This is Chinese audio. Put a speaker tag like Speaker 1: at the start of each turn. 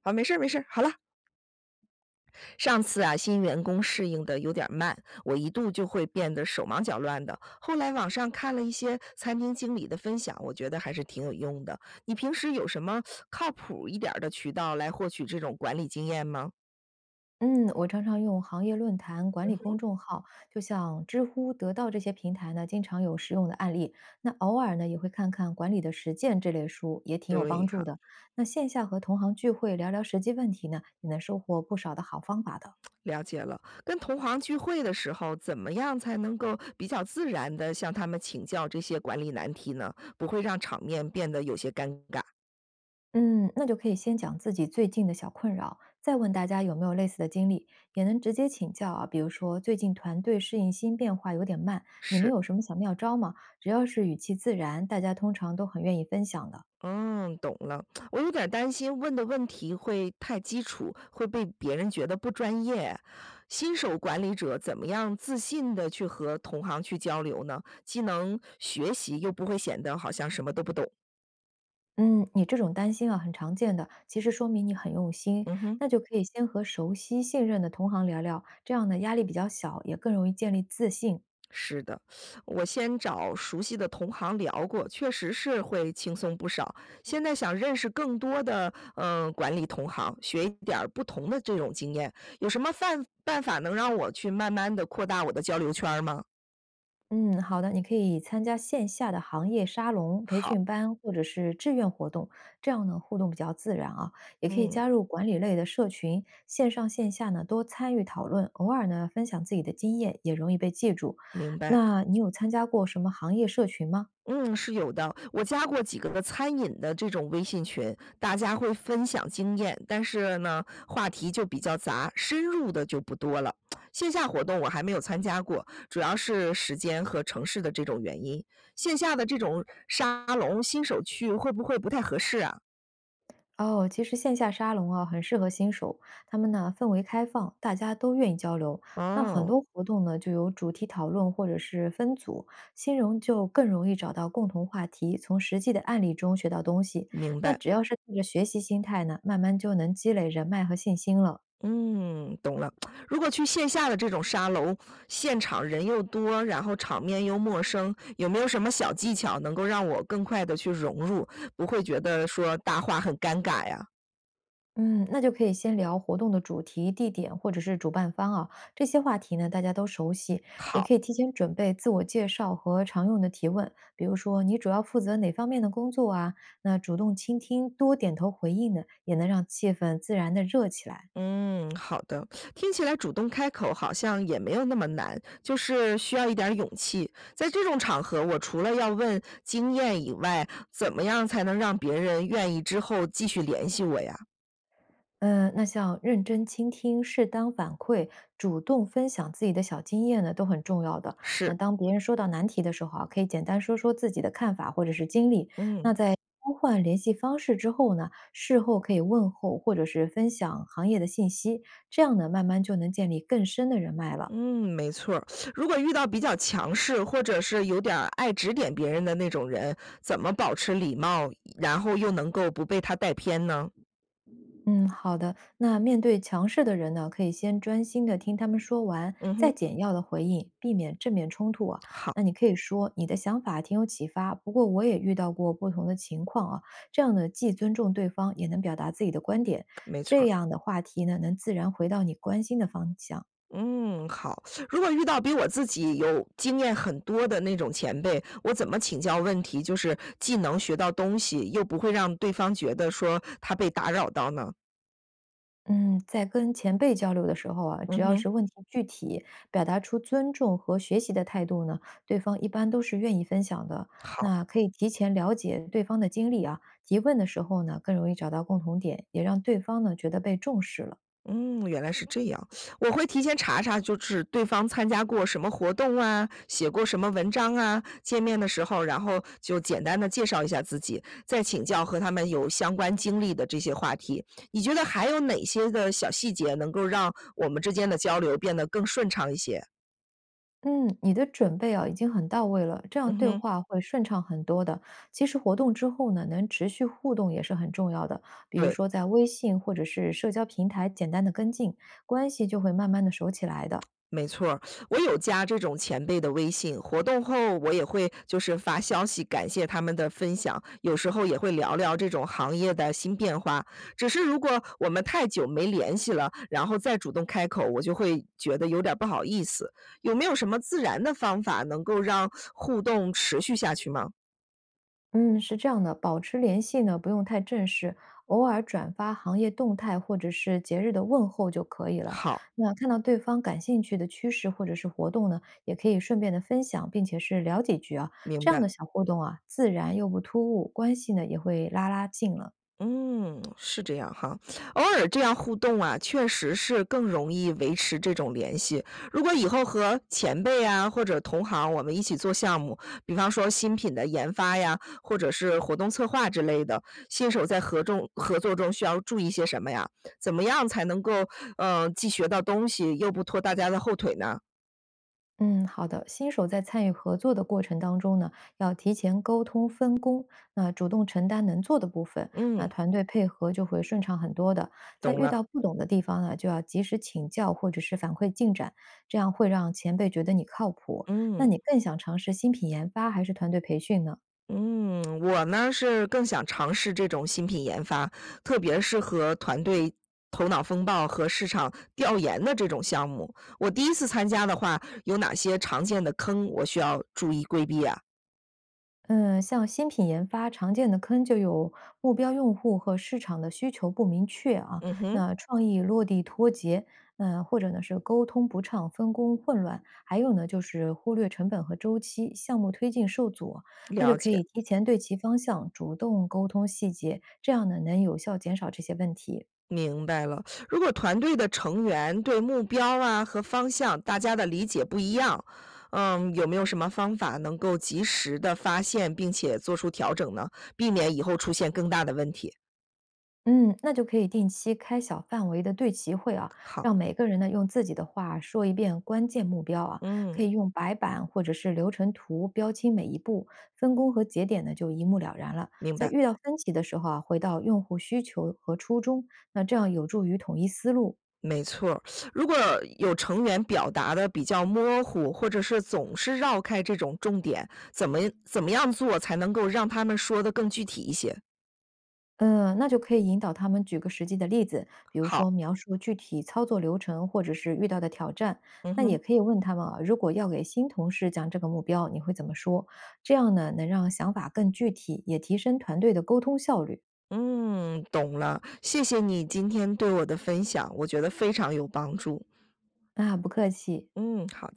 Speaker 1: 好，没事儿没事儿。好了，上次啊，新员工适应的有点儿慢，我一度就会变得手忙脚乱的。后来网上看了一些餐厅经理的分享，我觉得还是挺有用的。你平时有什么靠谱一点儿的渠道来获取这种管理经验吗？
Speaker 2: 嗯，我常常用行业论坛管理公众号，就像知乎、得到这些平台呢，经常有实用的案例。那偶尔呢，也会看看管理的实践这类书，也挺有帮
Speaker 1: 对，
Speaker 2: 助
Speaker 1: 好，
Speaker 2: 的。那线下和同行聚会聊聊实际问题呢，也能收获不少的好方法的。
Speaker 1: 了解了。跟同行聚会的时候，怎么样才能够比较自然的向他们请教这些管理难题呢？不会让场面变得有些尴尬。
Speaker 2: 嗯，那就可以先讲自己最近的小困扰，再问大家有没有类似的经历，也能直接请教啊。比如说，最近团队适应新变化有点慢，你们
Speaker 1: 是。
Speaker 2: 有什么小妙招吗？只要是语气自然，大家通常都很愿意分享的。
Speaker 1: 嗯，懂了。我有点儿担心问的问题会太基础，会被别人觉得不专业。新手管理者怎么样自信的去和同行去交流呢？既能学习，又不会显得好像什么都不懂。
Speaker 2: 嗯，你这种担心啊，很常见的，其实说明你很用心。
Speaker 1: 嗯哼，
Speaker 2: 那就可以先和熟悉、信任的同行聊聊，这样呢压力比较小，也更容易建立自信。
Speaker 1: 是的，我先找熟悉的同行聊过，确实是会轻松不少。现在想认识更多的管理同行，学一点儿不同的这种经验，有什么办法能让我去慢慢的扩大我的交流圈儿吗？
Speaker 2: 嗯，好的，你可以参加线下的行业沙龙、培
Speaker 1: 好，
Speaker 2: 训班或者是志愿活动，这样呢互动比较自然啊。也可以
Speaker 1: 嗯，
Speaker 2: 加入管理类的社群，线上线下呢多参与讨论，偶尔呢分享自己的经验，也容易被记住。
Speaker 1: 明白。
Speaker 2: 那你有参加过什么行业社群吗？
Speaker 1: 嗯，是有的。我加过几个餐饮的这种微信群，大家会分享经验，但是呢，话题就比较杂，深入的就不多了。线下活动我还没有参加过，主要是时间和城市的这种原因。线下的这种沙龙新手去会不会不太合适啊？
Speaker 2: 哦，其实线下沙龙啊，很适合新手，他们呢氛围开放，大家都愿意交流。那很
Speaker 1: 哦，
Speaker 2: 多活动呢，就有主题讨论或者是分组，新人就更容易找到共同话题，从实际的案例中学到东西。
Speaker 1: 明
Speaker 2: 那
Speaker 1: 白。
Speaker 2: 只要是带着学习心态呢，慢慢就能积累人脉和信心了。
Speaker 1: 嗯，懂了。如果去线下的这种沙龙，现场人又多，然后场面又陌生，有没有什么小技巧能够让我更快的去融入，不会觉得说搭话很尴尬呀？
Speaker 2: 嗯，那就可以先聊活动的主题、地点或者是主办方啊，这些话题呢大家都熟悉，也
Speaker 1: 好，
Speaker 2: 可以提前准备自我介绍和常用的提问，比如说你主要负责哪方面的工作啊？那主动倾听、多点头回应呢，也能让气氛自然的热起来。
Speaker 1: 嗯，好的。听起来主动开口好像也没有那么难，就是需要一点儿勇气。在这种场合，我除了要问经验以外，怎么样才能让别人愿意之后继续联系我呀？
Speaker 2: 嗯，那像认真倾听、适当反馈、主动分享自己的小经验呢，都很重要的。那
Speaker 1: 是，
Speaker 2: 当别人说到难题的时候啊，可以简单说说自己的看法或者是经历，
Speaker 1: 嗯。
Speaker 2: 交换联系方式之后呢，事后可以问候或者是分享行业的信息，这样呢，慢慢就能建立更深的人脉了。
Speaker 1: 嗯，没错儿。如果遇到比较强势，或者是有点儿爱指点别人的那种人，怎么保持礼貌，然后又能够不被他带偏呢？
Speaker 2: 嗯，好的。那面对强势的人呢，可以先专心的听他们说完，
Speaker 1: 嗯
Speaker 2: 再
Speaker 1: 哼，
Speaker 2: 简要的回应，避免正面冲突啊。
Speaker 1: 好，
Speaker 2: 那你可以说你的想法挺有启发，不过我也遇到过不同的情况啊。这样呢，既尊重对方，也能表达自己的观点，
Speaker 1: 没错
Speaker 2: 这
Speaker 1: 儿。
Speaker 2: 样的话题呢，能自然回到你关心的方向。
Speaker 1: 嗯，好。如果遇到比我自己有经验很多的那种前辈，我怎么请教问题，就是既能学到东西，又不会让对方觉得说他被打扰到呢？
Speaker 2: 嗯，在跟前辈交流的时候啊，
Speaker 1: 嗯
Speaker 2: 只要
Speaker 1: 哼，
Speaker 2: 是问题具体，表达出尊重和学习的态度呢，对方一般都是愿意分享的。
Speaker 1: 好。
Speaker 2: 那可以提前了解对方的经历啊，提问的时候呢，更容易找到共同点，也让对方呢觉得被重视了。
Speaker 1: 嗯，原来是这样。我会提前查查，就是对方参加过什么活动啊，写过什么文章啊，见面的时候，然后就简单的介绍一下自己，再请教和他们有相关经历的这些话题。你觉得还有哪些的小细节能够让我们之间的交流变得更顺畅一些？
Speaker 2: 嗯，你的准备啊已经很到位了，这样
Speaker 1: 嗯
Speaker 2: 对
Speaker 1: 哼，
Speaker 2: 话会顺畅很多的。其实活动之后呢，能持续互动也是很重要的，比如
Speaker 1: 对。
Speaker 2: 说在微信或者是社交平台简单的跟进，关系就会慢慢的熟起来的。
Speaker 1: 没错儿。我有加这种前辈的微信，活动后我也会就是发消息感谢他们的分享，有时候也会聊聊这种行业的新变化。只是如果我们太久没联系了，然后再主动开口，我就会觉得有点儿不好意思。有没有什么自然的方法能够让互动持续下去吗？
Speaker 2: 嗯，是这样的，保持联系呢，不用太正式，偶尔转发行业动态或者是节日的问候就可以了。
Speaker 1: 好，
Speaker 2: 那看到对方感兴趣的趋势或者是活动呢，也可以顺便的分享，并且是聊几句啊，
Speaker 1: 明
Speaker 2: 这样
Speaker 1: 白。
Speaker 2: 的小互动啊，自然又不突兀，关系呢也会拉拉近了。
Speaker 1: 嗯，是这样哈。偶尔这样互动啊，确实是更容易维持这种联系。如果以后和前辈啊或者同行，我们一起做项目，比方说新品的研发呀，或者是活动策划之类的，新手在合众合作中需要注意些什么呀？怎么样才能够既学到东西，又不拖大家的后腿呢？
Speaker 2: 嗯，好的。新手在参与合作的过程当中呢，要提前沟通分工，那主动承担能做的部分，那
Speaker 1: 嗯，
Speaker 2: 团队配合就会顺畅很多的。在
Speaker 1: 懂
Speaker 2: 遇
Speaker 1: 了，
Speaker 2: 到不懂的地方呢，就要及时请教或者是反馈进展，这样会让前辈觉得你靠谱。那
Speaker 1: 嗯。
Speaker 2: 你更想尝试新品研发还是团队培训呢？
Speaker 1: 嗯，我呢是更想尝试这种新品研发，特别是和团队头脑风暴和市场调研的这种项目。我第一次参加的话，有哪些常见的坑我需要注意规避啊？
Speaker 2: 嗯，像新品研发常见的坑就有目标用户和市场的需求不明确啊，
Speaker 1: 嗯哼，
Speaker 2: 那创意落地脱节，或者呢是沟通不畅、分工混乱，还有呢就是忽略成本和周期，项目推进受阻，那就
Speaker 1: 了
Speaker 2: 可
Speaker 1: 解，
Speaker 2: 以提前对齐方向，主动沟通细节，这样呢能有效减少这些问题。
Speaker 1: 明白了。如果团队的成员对目标啊和方向大家的理解不一样，嗯，有没有什么方法能够及时的发现并且做出调整呢？避免以后出现更大的问题。
Speaker 2: 嗯，那就可以定期开小范围的对齐会啊，
Speaker 1: 好，
Speaker 2: 让每个人呢用自己的话说一遍关键目标啊，可
Speaker 1: 嗯。
Speaker 2: 以用白板或者是流程图标清每一步，分工和节点呢就一目了然了。
Speaker 1: 明
Speaker 2: 在
Speaker 1: 白，
Speaker 2: 遇到分歧的时候啊，回到用户需求和初衷，那这样有助于统一思路。
Speaker 1: 没错儿。如果有成员表达的比较模糊，或者是总是绕开这种重点，怎么样做才能够让他们说的更具体一些？
Speaker 2: 嗯，那就可以引导他们举个实际的例子，比如
Speaker 1: 好，
Speaker 2: 说描述具体操作流程或者是遇到的挑战。
Speaker 1: 嗯
Speaker 2: 那也
Speaker 1: 哼，
Speaker 2: 可以问他们啊，如果要给新同事讲这个目标，你会怎么说？这样呢，能让想法更具体，也提升团队的沟通效率。
Speaker 1: 嗯，懂了。谢谢你今天对我的分享，我觉得非常有帮助。
Speaker 2: 啊，不客气。
Speaker 1: 嗯，好。